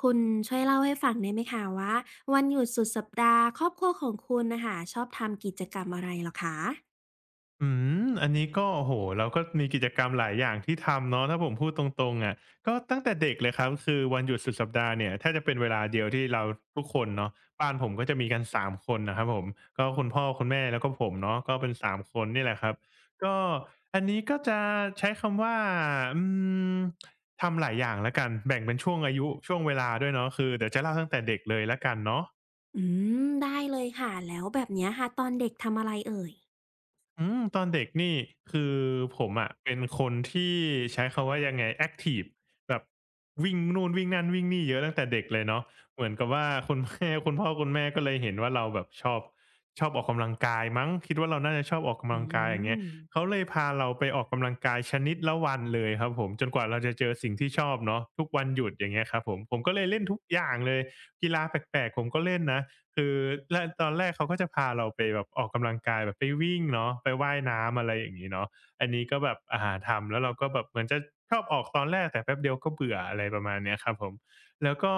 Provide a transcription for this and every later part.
คุณช่วยเล่าให้ฟังได้ไหมคะว่าวันหยุดสุดสัปดาห์ครอบครัวของคุณนะคะชอบทำกิจกรรมอะไรเหรอคะ อืมอันนี้ก็โอ้โฮเราก็มีกิจกรรมหลายอย่างที่ทำเนาะถ้าผมพูดตรงๆอะก็ตั้งแต่เด็กเลยครับคือวันหยุดสุดสัปดาห์เนี่ยแทบจะเป็นเวลาเดียวที่เราทุกคนเนาะบ้านผมก็จะมีกันสามคนนะครับผมก็คุณพ่อคุณแม่แล้วก็ผมเนาะก็เป็นสามคนนี่แหละครับก็อันนี้ก็จะใช้คำว่าอืมทำหลายอย่างแล้วกัน แบ่งเป็นช่วงอายุช่วงเวลาด้วยเนาะคือเดี๋ยวจะเล่าตั้งแต่เด็กเลยแล้วกันเนาะ อืมได้เลยค่ะแล้วแบบเนี้ยค่ะตอนเด็กทำอะไรเอ่ย อืมตอนเด็กนี่คือผมอะเป็นคนที่ใช้คำว่ายังไงแอ็กทีฟแบบวิ่งนู่นวิ่งนั่นวิ่งนี่เยอะตั้งแต่เด็กเลยเนาะเหมือนกับว่าคุณแม่คุณพ่อคุณแม่ก็เลยเห็นว่าเราแบบชอบออกกำลังกายมั้งคิดว่าเราน่าจะชอบออกกำอืลังกายอย่างเงี้ยม เขาเลยพาเราไปออกกำลังกายชนิดละวันเลยครับผมจนกว่าเราจะเจอสิ่งที่ชอบเนาะทุกวันหยุดอย่างเงี้ยครับผมผมก็เลยเล่นทุกอย่างเลยกีฬาแปลกๆผมก็เล่นนะ คือตอนแรกเขาก็จะพาเราไปแบบออกกำลังกายแบบไปวิ่งเนาะไปว่ายน้ำอะไรอย่างนี้เนาะอันนี้ก็แบบอ่ารทำแล้วเราก็แบบเหมือนจะชอบออกตอนแรกแต่แป๊บเดียวก็เบื่ออะไรประมาณเนี้ยครับผมแล้วก็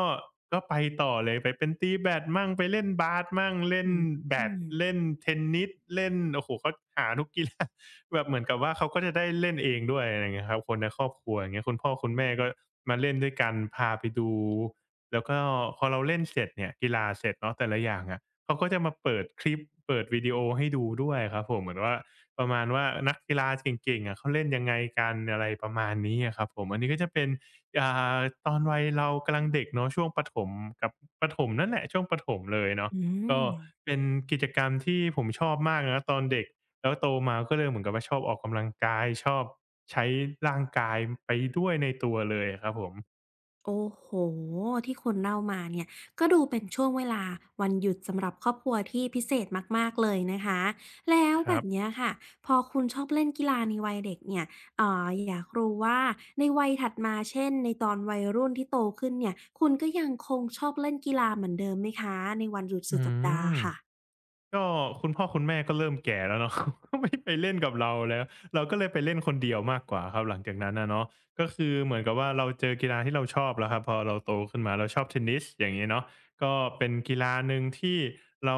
ก็ไปต่อเลยไปเป็นตีแบดมั่งไปเล่นบาสมั่งเล่นอืมแบดเล่นเทนนิสเล่นโอ้โหเขาหาทุกกีฬา แบบเหมือนกับว่าเขาก็จะได้เล่นเองด้วยอะไรเงี้ยครับคนในครอบครัวอย่างเงี้ยคุณพ่อคุณแม่ก็มาเล่นด้วยกันพาไปดู แล้วก็พอเราเล่นเสร็จเนี่ยกีฬาเสร็จเนาะแต่ละอย่างอะเขาก็จะมาเปิดคลิปเปิดวิดีโอให้ดูด้วยครับผมเหมือนว่าประมาณว่านักกีฬาเก่งๆอะเขาเล่นยังไงกันอะไรประมาณนี้อะครับผมอันนี้ก็จะเป็นอ่าตอนวัยเรากำลังเด็กเนาะช่วงประถมกับประถมนั่นแหละช่วงประถมเลยเนาะอืก็ม เป็นกิจกรรมที่ผมชอบมากนะตอนเด็กแล้วโตมาก็เลยเหมือนกับว่าชอบออกกำลังกายชอบใช้ร่างกายไปด้วยในตัวเลยอะครับผมโอ้โหที่คุณเล่ามาเนี่ยก็ดูเป็นช่วงเวลาวันหยุดสำหรับครอบครัวที่พิเศษมากๆเลยนะคะแล้วคแบรับบเนี้ยค่ะพอคุณชอบเล่นกีฬาในวัยเด็กเนี่ยอยากรู้ว่าในวัยถัดมาเช่นในตอนวัยรุ่นที่โตขึ้นเนี่ยคุณก็ยังคงชอบเล่นกีฬาเหมือนเดิมไหมคะในวันหยุดอืสุดสัปดาห์ม ค่ะก็คุณพ่อคุณแม่ก็เริ่มแก่แล้วเนาะ ก็ไม่ไปเล่นกับเราแล้วเราก็เลยไปเล่นคนเดียวมากกว่าครับหลังจากนั้นนะเนาะก็คือเหมือนกับว่าเราเจอกีฬาที่เราชอบแล้วครับพอเราโตขึ้นมาเราชอบเทนนิสอย่างนี้เนาะก็เป็นกีฬาหนึ่งที่เรา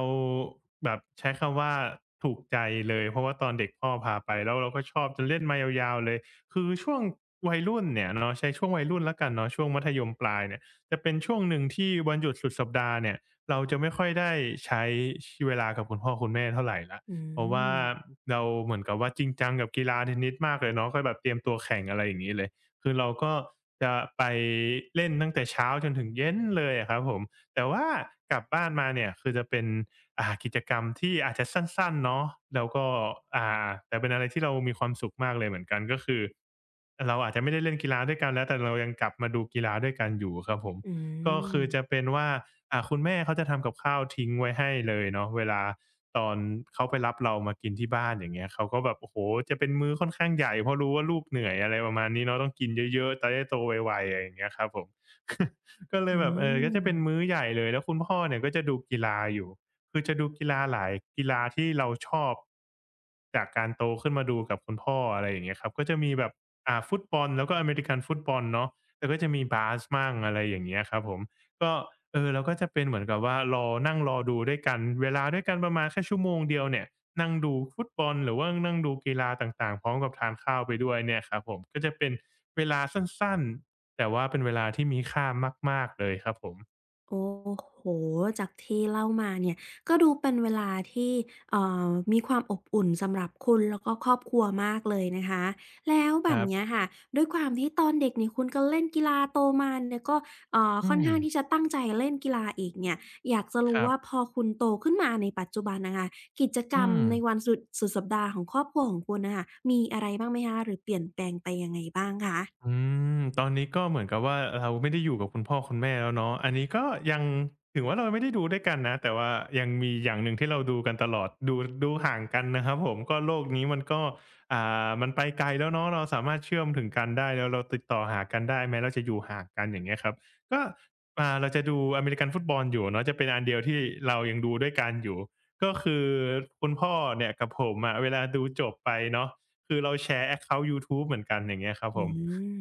แบบใช้คำว่าถูกใจเลยเพราะว่าตอนเด็กพ่อพาไปแล้วเราก็ชอบจนเล่นมายาวๆเลยคือช่วงวัยรุ่นเนี่ยเนาะใช้ช่วงวัยรุ่นแล้วกันเนาะช่วงมัธยมปลายเนี่ยจะเป็นช่วงหนึ่งที่วันหยุดสุดสัปดาห์เนี่ย เราจะไม่ค่อยได้ใช้เวลากับคุณพ่อคุณแม่เท่าไหร่ละอืเพราะว่ามเราเหมือนกับว่าจริงจังกับกีฬาเทนนิสมากเลยเนาะก็แบบเตรียมตัวแข่งอะไรอย่างงี้เลย คือเราก็จะไปเล่นตั้งแต่เช้าจนถึงเย็นเลยอะครับผม แต่ว่ากลับบ้านมาเนี่ยคือจะเป็นกิจกรรมที่อาจจะสั้นๆเนาะแล้วก็แต่เป็นอะไรที่เรามีความสุขมากเลยเหมือนกันก็คือเราอาจจะไม่ได้เล่นกีฬาด้วยกันแล้วแต่เรายังกลับมาดูกีฬาด้วยกันอยู่ครับผม อืก็คืมอจะเป็นว่าคุณแม่เขาจะทำกับข้าวทิ้งไว้ให้เลยเนาะเวลาตอนเขาไปรับเรามากินที่บ้านอย่างเงี้ยเขาก็แบบโอ้โฮจะเป็นมื้อค่อนข้างใหญ่เพราะรู้ว่าลูกเหนื่อยอะไรประมาณนี้เนาะต้องกินเยอะๆจะได้โตไวๆอะไรอย่างเงี้ยครับผม ก็เลยอืแบบเออก็ม จะเป็นมื้อใหญ่เลยแล้วคุณพ่อเนี่ยก็จะดูกีฬาอยู่ คือจะดูกีฬาหลายกีฬาที่เราชอบจากการโตขึ้นมาดูกับคุณพ่ออะไรอย่างเงี้ยครับก็จะมีแบบฟุตบอลแล้วก็อเมริกันฟุตบอลเนาะ แต่ก็จะมีบาสมั่งอะไรอย่างเงี้ยครับผมก็เออเราก็จะเป็นเหมือนกับว่ารอนั่งรอดูด้วยกันเวลาด้วยกันประมาณแค่ชั่วโมงเดียวเนี่ยนั่งดูฟุตบอลหรือว่านั่งดูกีฬาต่างๆพร้อมกับทานข้าวไปด้วยเนี่ยครับผมก็จะเป็นเวลาสั้นๆแต่ว่าเป็นเวลาที่มีค่ามากๆเลยครับผมโอ้โห จากที่เล่ามาเนี่ยก็ดูเป็นเวลาที่เอ่อมีความอบอุ่นสำหรับคุณแล้วก็ครอบครัวมากเลยนะคะแล้วแบคบรัเนี้ยบค่ะด้วยความที่ตอนเด็กนี่คุณก็เล่นกีฬาโตมาเนี่ยก็อืค่อนมข้างที่จะตั้งใจเล่นกีฬาอีกเนี่ยอยากจะครู้รับว่าพอคุณโตขึ้นมาในปัจจุบันน่ะค่ะกิจกรอืรมม ในวันสุดสุดสัปดาห์ของครอบครัวของคุณน่ะค่ะมีอะไรบ้างไหมคะหรือเปลี่ยนแปลงไปยังไงบ้างคะอืมตอนนี้ก็เหมือนกับว่าเราไม่ได้อยู่กับคุณพ่อคุณแม่แล้วเนาะอันนี้ก็ยังถึงว่าเราไม่ได้ดูด้วยกันนะแต่ว่ายังมีอย่างหนึ่งที่เราดูกันตลอดดูห่างกันนะครับผมก็โลกนี้มันก็อ่มันไปไกลแล้วเนาะเราสามารถเชื่อมถึงกันได้แล้วเราติดต่อหากันได้แม้เราจะอยู่ห่างกันอย่างเงี้ยครับก็เราจะดูอเมริกันฟุตบอลอยู่เนาะจะเป็นอันเดียวที่เรายังดูด้วยกันอยู่ก็คือคุณพ่อเนี่ยกับผมอะเวลาดูจบไปเนาะ คือเราแชร์แอ c กเคา YouTube เหมือนกันอย่างเงี้ยครับผอืม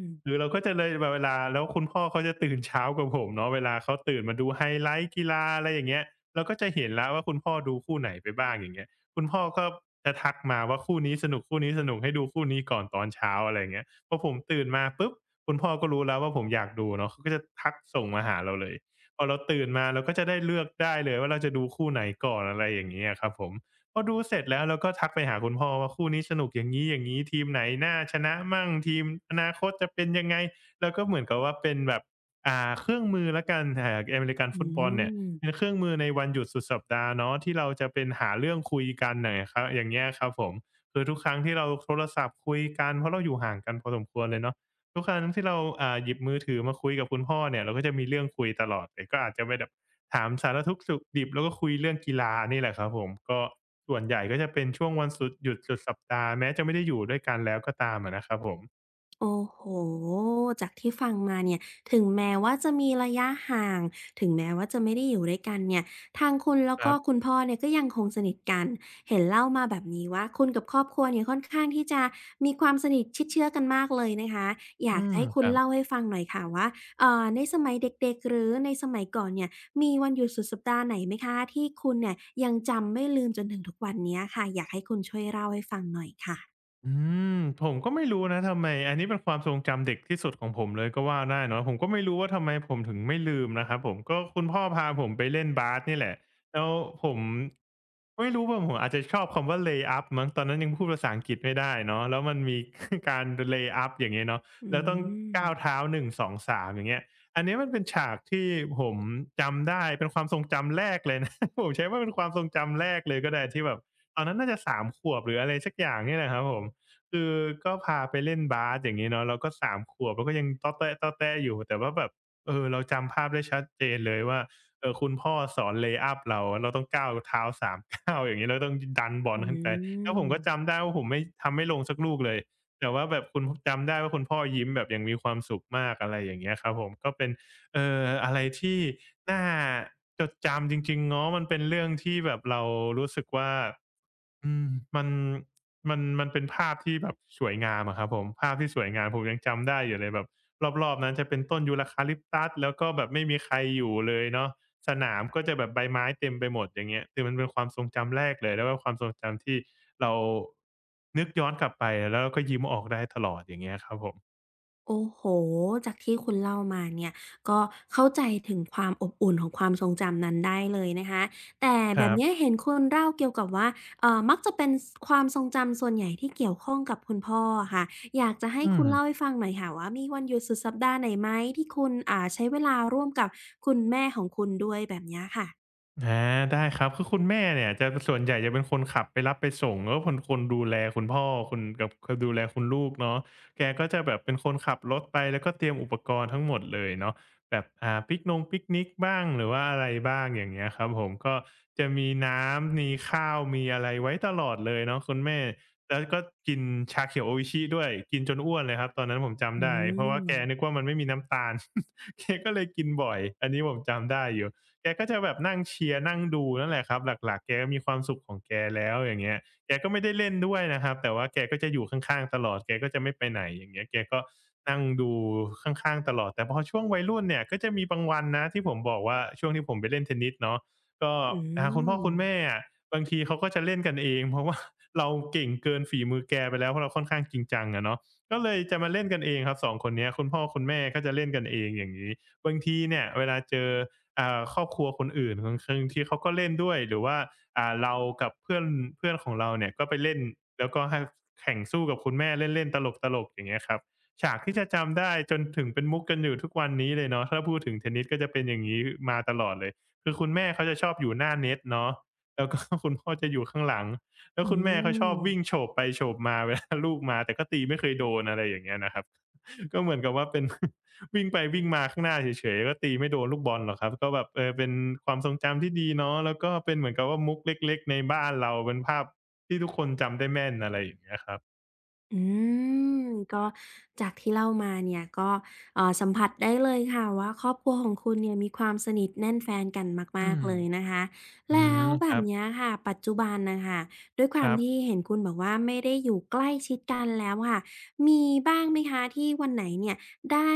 มคือเราก็จะเลยแบบเวลาแล้วคุณพ่อเขาจะตื่นเช้ากว่าผมเนาะเวลาเขาตื่นมาดูไฮไลต์กีฬาอะไรอย่างเงี้ยเราก็จะเห็นแล้วว่าคุณพ่อดูคู่ไหนไปบ้างอย่างเงี้ยคุณพ่อก็จะทักมาว่าคู่นี้สนุกคู่นี้สนุกให้ดูคู่นี้ก่อนตอนเช้าอะไรอย่างเงี้ยพอผมตื่นมาปุ๊บคุณพ่อก็รู้แล้วว่าผมอยากดูเนาะเขาก็จะทักส่งมาหาเราเลยพอเราตื่นมาเราก็จะได้เลือกได้เลยว่าเราจะดูคู่ไหนก่อนอะไรอย่างงี้อะครับผม พอดูเสร็จแล้วเราก็ทักไปหาคุณพ่อว่าคู่นี้สนุกอย่างงี้อย่างงี้ทีมไหนน่าชนะมั่งทีมอนาคตจะเป็นยังไงแล้วก็เหมือนกับว่าเป็นแบบเครื่องมือแล้วกันอเมริกันอืฟุตบอลเนี่ยเป็นม เครื่องมือในวันหยุดสุดสัปดาห์เนาะที่เราจะเป็นหาเรื่องคุยกันน่ะไงครับอย่างเงี้ยครับผมคือทุกครั้งที่เราโทรศัพท์คุยกันเพราะเราอยู่ห่างกันพอสมควรเลยเนาะทุกครั้งที่เราหยิบมือถือมาคุยกับคุณพ่อเนี่ยเราก็จะมีเรื่องคุยตลอดเลยก็อาจจะไปแบบถามสารทุกข์สุกดิบแล้วก็คุยเรื่องกีฬานี่แหละครับผมก็ ส่วนใหญ่ก็จะเป็นช่วงวันสุดหยุดสุดสัปดาห์แม้จะไม่ได้อยู่ด้วยกันแล้วก็ตามอะนะครับผมโอ้โฮจากที่ฟังมาเนี่ยถึงแม้ว่าจะมีระยะห่างถึงแม้ว่าจะไม่ได้อยู่ด้วยกันเนี่ยทางคุณแล้วครัก็บคุณพ่อเนี่ยก็ยังคงสนิทกันเห็นเล่ามาแบบนี้ว่าคุณกับครอบครัวเนี่ยค่อนข้างที่จะมีความสนิทชิดเชื้อกันมากเลยนะคะออืยากจะมให้คุคณรัเล่าบ ให้ฟังหน่อยค่ะว่าในสมัยเด็กๆหรือในสมัยก่อนเนี่ยมีวันหยุดสุดสัปดาห์ไหนไหมคะที่คุณเนี่ยยังจำไม่ลืมจนถึงทุกวันเนี้ยค่ะอยากให้คุณช่วยเล่าให้ฟังหน่อยค่ะอืมผมก็ไม่รู้นะทำไมอันนี้เป็นความทรงจำเด็กที่สุดของผมเลยก็ว่าได้เนาะผมก็ไม่รู้ว่าทำไมผมถึงไม่ลืมนะครับผมก็คุณพ่อพาผมไปเล่นบาสนี่แหละแล้วผมไม่รู้ว่าผมอาจจะชอบคำว่า lay up มั้งตอนนั้นยังพูดภาษาอังกฤษไม่ได้เนาะแล้วมันมี การ lay up อย่างเงี้ยเนาะอืแล้วต้องม ก้าวเท้าหนึ่2 3องสามอย่างเงี้ยอันนี้มันเป็นฉากที่ผมจำได้เป็นความทรงจำแรกเลยนะ ผมใช้ว่าเป็นความทรงจำแรกเลยก็ได้ที่แบบตอนนั้นน่าจะสามขวบหรืออะไรสักอย่างเนี่ยนะครับผม คือก็พาไปเล่นบาสอย่างงี้เนาะเราก็สามขวบเราก็ยังต้อแต้ๆๆอยู่แต่ว่าแบบเออเราจำภาพได้ชัดเจนเลยว่าคุณพ่อสอน lay up เราเราต้องก้าวเท้าสามก้าวอย่างงี้เราต้องดดันบออืลขึ้นไปแล้วผมมก็จำได้ว่าผมไม่ทำไม่ลงสักลูกเลยแต่ว่าแบบคุณจำได้ว่าคุณพ่อยิ้มแบบอย่างมีความสุขมากอะไรอย่างเงี้ยครับผมก็เป็นอะไรที่น่าจดจำจริงๆเนาะมันเป็นเรื่องที่แบบเรารู้สึกว่าอืมมัน มันเป็นภาพที่แบบสวยงามอะครับผมภาพที่สวยงามผมยังจำได้อยู่เลยแบบรอบๆนั้นจะเป็นต้นยูคาลิปตัสแล้วก็แบบไม่มีใครอยู่เลยเนาะสนามก็จะแบบใบไม้เต็มไปหมดอย่างเงี้ยคือมันเป็นความทรงจำแรกเลยแล้วก็ความทรงจำที่เรานึกย้อนกลับไปแล้วเราก็ยิ้มออกได้ตลอดอย่างเงี้ยครับผมโอ้โหจากที่คุณเล่ามาเนี่ยก็เข้าใจถึงความอบอุ่นของความทรงจำนั้นได้เลยนะคะแต่คแบรับเนี้ยบเห็นคุณเล่าเกี่ยวกับว่ามักจะเป็นสความทรงจำส่วนใหญ่ที่เกี่ยวข้องกับคุณพ่ออะค่ะอยากจะให้อืคุณเล่าม ให้ฟังหน่อยค่ะว่ามีวันหยุดสุดสัปดาห์ไหนไหมที่คุณใช้เวลาร่วมกับคุณแม่ของคุณด้วยแบบเนี้ยค่ะอาได้ครับคือคุณแม่เนี่ยจะส่วนใหญ่จะเป็นคนขับไปรับไปส่งแล้วก็คนดูแลคุณพ่อคุณกับคดูแลคุณลูกเนาะแกก็จะแบบเป็นคนขับรถไปแล้วก็เตรียมอุปกรณ์ทั้งหมดเลยเนาะแบบปิกนงปิกนิกบ้างหรือว่าอะไรบ้างอย่างเงี้ยครับผมก็จะมีน้ำมีข้าวมีอะไรไว้ตลอดเลยเนาะคุณแม่แล้วก็กินชาเขียวโออิชิด้วยกินจนอ้วนเลยครับตอนนั้นผมอืจำได้เพราะว่ามแกนึกว่ามันไม่มีน้ำตาล แกก็เลยกินบ่อยอันนี้ผมจำได้อยู่ แกก็จะแบบนั่งเชียร์นั่งดูนั่นแหละครับหลักๆแกก็มีความสุขของแกแล้วอย่างเงี้ยแกก็ไม่ได้เล่นด้วยนะครับแต่ว่าแกก็จะอยู่ข้างๆตลอดแกก็จะไม่ไปไหนอย่างเงี้ยแกก็นั่งดูข้างๆตลอดแต่พอช่วงวัยรุ่นเนี่ยก็จะมีบางวันนะที่ผมบอกว่าช่วงที่ผมไปเล่นเทนนิสเนาะก็อืทางคุณพ่อมคุณแม่อะบางทีเขาก็จะเล่นกันเองเพราะว่า เราเก่งเกินฝีมือแกไปแล้วเพราะเราค่อนข้างจริงจังอะเนาะก็เลยจะมาเล่นกันเองครับสองคนเนี้ยคุณพ่อคุณแม่ก็จะเล่นกันเองอย่างงี้บางทีเนี่ยเวลาเจอ ครอบครัวคนอื่นบางครั้งที่เขาก็เล่นด้วยหรือว่าเรากับเพื่อนเพื่อนของเราเนี่ยก็ไปเล่นแล้วก็ให้แข่งสู้กับคุณแม่เล่นๆตลกๆอย่างเงี้ยครับฉากที่จะจำได้จนถึงเป็นมุกกันอยู่ทุกวันนี้เลยเนาะถ้าพูดถึงเทนนิสก็จะเป็นอย่างงี้มาตลอดเลยคือคุณแม่เขาจะชอบอยู่หน้าเน็ตเนาะแล้วก็ คุณพ่อจะอยู่ข้างหลังแล้วอืคุณแม่เขาชอบม วิ่งโฉบไปโฉบมา เวลาลูกมาแต่ก็ตีไม่เคยโดนอะไรอย่างเงี้ยนะครับ ก็เหมือนกับว่าเป็น วิ่งไปวิ่งมาข้างหน้าเฉยๆก็ตีไม่โดนลูกบอลหรอกครับก็แบบเออเป็นความทรงจำที่ดีเนาะแล้วก็เป็นเหมือนกับว่ามุกเล็กๆในบ้านเราเป็นภาพที่ทุกคนจำได้แม่นอะไรอย่างเงี้ยครับอืมก็จากที่เล่ามาเนี่ยก็สัมผัสได้เลยค่ะว่าครอบครัวของคุณเนี่ยมีความสนิทแน่นแฟนกันอืมากมๆเลยนะคะอืแล้มวแบครับเนี้ยบค่ะปัจจุบันน่ะค่ะด้วยคความรัที่บเห็นคุณบอกว่าไม่ได้อยู่ใกล้ชิดกันแล้วค่ะมีบ้างไหมคะที่วันไหนเนี่ยได้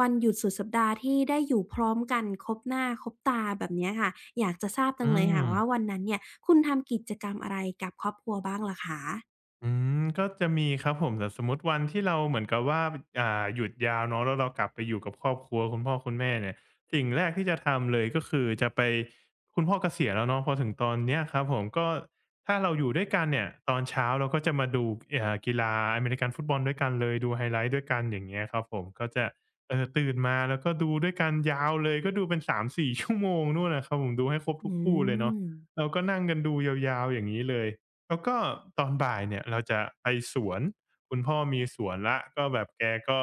วันหยุดสุดสัปดาห์ที่ได้อยู่พร้อมกันครบหน้าครบตาแบบเนี้ยค่ะอยากจะทราบจัอืงเลยม ค่ะว่าวันนั้นเนี่ยคุณทำกิจกรรมอะไรกับครอบครัวบ้างเหรอคะอืมก็จะมีครับผมแต่สมมติวันที่เราเหมือนกับว่าหยุดยาวเนาะแล้วเรากลับไปอยู่กับครอบครัวคุณพ่อคุณแม่เนี่ยสิ่งแรกที่จะทำเลยก็คือจะไปคุณพ่อเกษียณแล้วเนาะพอถึงตอนเนี้ยครับผมก็ถ้าเราอยู่ด้วยกันเนี่ยตอนเช้าเราก็จะมาดูกีฬาอเมริกันฟุตบอลด้วยกันเลยดูไฮไลต์ด้วยกันอย่างเงี้ยครับผมก็จะตื่นมาแล้วก็ดูด้วยกันยาวเลยก็ดูเป็นสามสี่ชั่วโมงนู่นน่ะครับผมดูให้ครบทุกอืคู่เลยเนาะม เราก็นั่งกันดูยาวๆอย่างงี้เลย แล้วก็ตอนบ่ายเนี่ยเราจะไปสวนคุณพ่อมีสวนแล้วก็แบบแกก็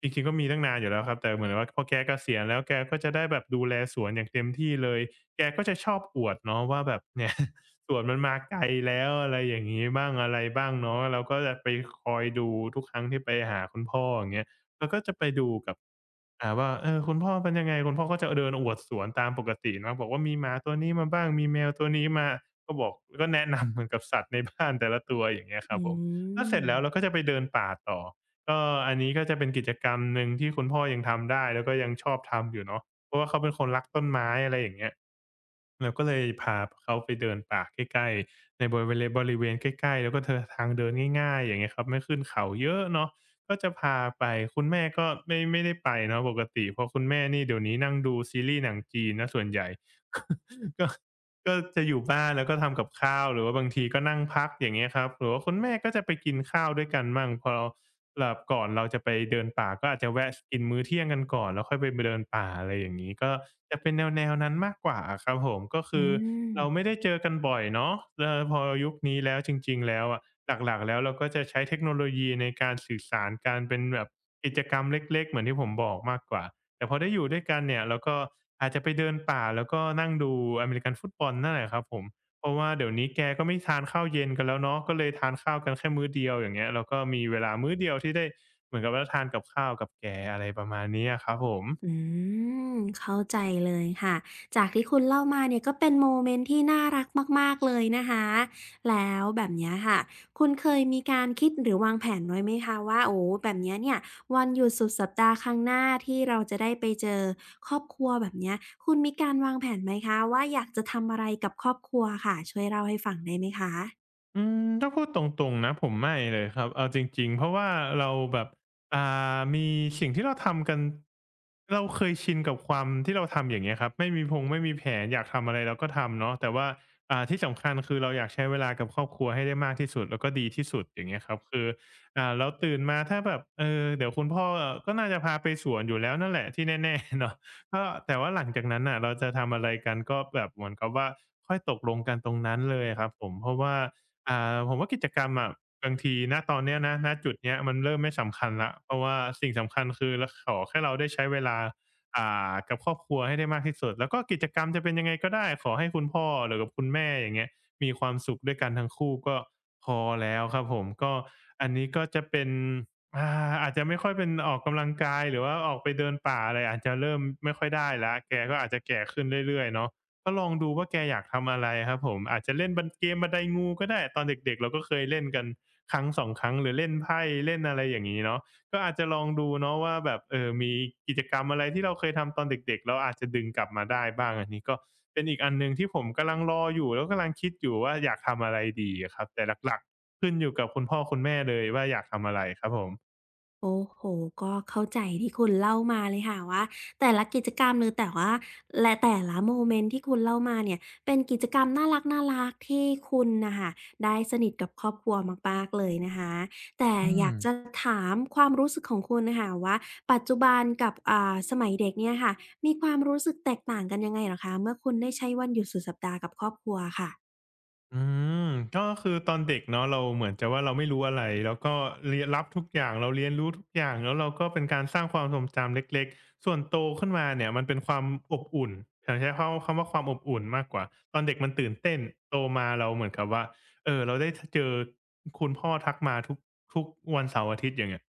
จริงๆก็มีตั้งนานอยู่แล้วครับแต่เหมือนว่าพอแกเกษียณแล้วแกก็จะได้แบบดูแลสวนอย่างเต็มที่เลยแกก็จะชอบอวดเนาะว่าแบบเนี่ย สวนมันมาไกลแล้วอะไรอย่างงี้บ้างอะไรบ้างเนาะเราก็จะไปคอยดูทุกครั้งที่ไปหาคุณพ่ออย่างเงี้ยเราก็จะไปดูกับว่าเออคุณพ่อเป็นยังไงคุณพ่อก็จะเดินอวดสวนตามปกติเนาะบอกว่ามีหมาตัวนี้มาบ้างมีแมวตัวนี้มา ก็บอกก็แนะนำเหมือนกับสัตว์ในบ้านแต่ละตัว อย่างเงี้ยครัอืบผมแล้วเสมร็จแล้วเราก็จะไปเดินป่าต่อก็อันนี้ก็จะเป็นกิจกรรมหนึ่งที่คุณพ่อยังทำได้แล้วก็ยังชอบทำอยู่เนาะเพราะว่าเขาเป็นคนรักต้นไม้อะไรอย่างเงี้ยเราก็เลยพาเขาไปเดินป่าใกล้ๆในบริเวณใกล้ๆแล้วก็เธอทางเดินง่ายๆอย่างเงี้ยครับไม่ขึ้นเขาเยอะเนาะก็จะพาไปคุณแม่ก็ไม่ได้ไปเนาะปกติเพราะคุณแม่นี่เดี๋ยวนี้นั่งดูซีรีส์หนังจีนนะส่วนใหญ่ ก็ ก็จะอยู่บ้านแล้วก็ทำกับข้าวหรือว่าบางทีก็นั่งพักอย่างเงี้ยครับหรือว่าคุณแม่ก็จะไปกินข้าวด้วยกันมั่งพอเราหลับก่อนเราจะไปเดินป่าก็อาจจะแวะกินมื้อเที่ยงกันก่อนแล้วค่อยไปเดินป่าอะไรอย่างงี้ก็จะเป็นแนวๆนั้นมากกว่าอะครับผมก็คือือมเราไม่ได้เจอกันบ่อยเนาะเออพอยุคนี้แล้วจริงๆแล้วอะหลักๆแล้วเราก็จะใช้เทคโนโลยีในการสื่อสารการเป็นแบบกิจกรรมเล็กๆเหมือนที่ผมบอกมากกว่า แต่พอได้อยู่ด้วยกันเนี่ยเราก็อาจจะไปเดินป่าแล้วก็นั่งดูอเมริกันฟุตบอลนั่นแหละครับผมเพราะว่าเดี๋ยวนี้แกก็ไม่ทานข้าวเย็นกันแล้วเนาะก็เลยทานข้าวกันแค่มื้อเดียวอย่างเงี้ยแล้วก็มีเวลามื้อเดียวที่ได้เหมือนกับว่าทานกับข้าวกับแกอะไรประมาณนี้อะครับผม อืมเข้าใจเลยค่ะจากที่คุณเล่ามาเนี่ยก็เป็นโมเมนต์ที่น่ารักมากๆเลยนะคะแล้วแบบเนี้ยค่ะคุณเคยมีการคิดหรือวางแผนไว้ไหมคะว่าโอ้แบบเนี้ยเนี่ยวันหยุดสุดสัปดาห์ข้างหน้าที่เราจะได้ไปเจอครอบครัวแบบเนี้ยคุณมีการวางแผนไหมคะว่าอยากจะทำอะไรกับครอบครัวค่ะช่วยเล่าให้ฟังได้ไหมคะ อืมถ้าพูดตรงๆนะผมไม่เลยครับเอาจริงๆเพราะว่าเราแบบอ่มีสิ่งที่เราทำกันเราเคยชินกับความที่เราทำอย่างเงี้ยครับไม่มีพงไม่มีแผนอยากทำอะไรเราก็ทำเนาะแต่ว่าที่สำคัญคือเราอยากใช้เวลากับครอบครัวให้ได้มากที่สุดแล้วก็ดีที่สุดอย่างเงี้ยครับคือเราตื่นมาถ้าแบบเออเดี๋ยวคุณพ่อก็น่าจะพาไปสวนอยู่แล้วนั่นแหละที่แน่ๆ เนาะก็แต่ว่าหลังจากนั้นน่ะเราจะทำอะไรกันก็แบบเหมือนกับว่าค่อยตกลงกันตรงนั้นเลยครับผมเพราะว่า ผมว่ากิจกรรมอะบางทีณตอนเนี้ยนะณจุดเนี้ยมันเริ่มไม่สำคัญแล้วเพราะว่าสิ่งสำคัญคือเราขอแค่เราได้ใช้เวลากับครอบครัวให้ได้มากที่สุดแล้วก็กิจกรรมจะเป็นยังไงก็ได้ขอให้คุณพ่อหรือกับคุณแม่อย่างเงี้ยมีความสุขด้วยกันทั้งคู่ก็พอแล้วครับผมก็อันนี้ก็จะเป็นอาจจะไม่ค่อยเป็นออกกำลังกายหรือว่าออกไปเดินป่าอะไรอาจจะเริ่มไม่ค่อยได้แล้วแกก็อาจจะแก่ขึ้นเรื่อยๆเนาะ ก็ลองดูว่าแกอยากทำอะไรครับผมอาจจะเล่นบันเกมบันไดงูก็ได้ตอนเด็กๆเราก็เคยเล่นกันครั้งสองครั้งหรือเล่นไพ่เล่นอะไรอย่างงี้เนาะก็อาจจะลองดูเนาะว่าแบบมีกิจกรรมอะไรที่เราเคยทำตอนเด็กๆแล้วอาจจะดึงกลับมาได้บ้างอันนี้ก็เป็นอีกอันหนึ่งที่ผมกำลังรออยู่แล้วกำลังคิดอยู่ว่าอยากทำอะไรดีอะครับแต่หลักๆขึ้นอยู่กับคุณพ่อคุณแม่เลยว่าอยากทำอะไรครับผมโอ้โหก็เข้าใจที่คุณเล่ามาเลยค่ะว่าแต่ละกิจกรรมหรือแต่ว่าและแต่ละโมเมนต์ที่คุณเล่ามาเนี่ยเป็นกิจกรรมน่ารักๆที่คุณน่ะค่ะได้สนิทกับครอบครัวมากๆเลยนะคะแต่อือม ยากจะถามความรู้สึกของคุณน่ะค่ะว่าปัจจุบันกับสมัยเด็กเนี่ยค่ะมีความรู้สึกแตกต่างกันยังไงเหรอคะเมื่อคุณได้ใช้วันหยุดสุดสัปดาห์กับครอบครัวค่ะ อืมก็คือตอนเด็กเนาะเราเหมือนจะว่าเราไม่รู้อะไรแล้วก็เรียนรับทุกอย่างเราเรียนรู้ทุกอย่างแล้วเราก็เป็นการสร้างความทรงจำเล็กๆส่วนโตขึ้นมาเนี่ยมันเป็นความอบอุ่นผมใช้คำคำว่าความอบอุ่นมากกว่าตอนเด็กมันตื่นเต้นโตมาเราเหมือนกับว่าเออเราได้ทเจอคุณพ่อทักมาทุกวันเสาร์อาทิตย์อย่างเงี้ย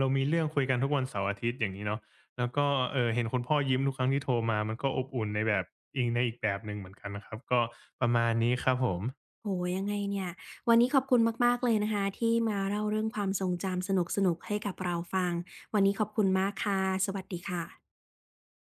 เรามีเรื่องคุยกันทุกวันเสาร์อาทิตย์อย่างนี้เนาะ แล้วก็เออเห็นคุณพ่อยิ้มทุกครั้งที่โทรมามันก็อบอุ่นในแบบในอีกแบบหนึ่งเหมือนกันนะครับ ก็ประมาณนี้ครับผมโอ้โฮยังไงเนี่ยวันนี้ขอบคุณมากๆเลยนะคะที่มาเล่าเรื่องความทรงจำสนุกๆให้กับเราฟังวันนี้ขอบคุณมากค่ะสวัสดีค่ะ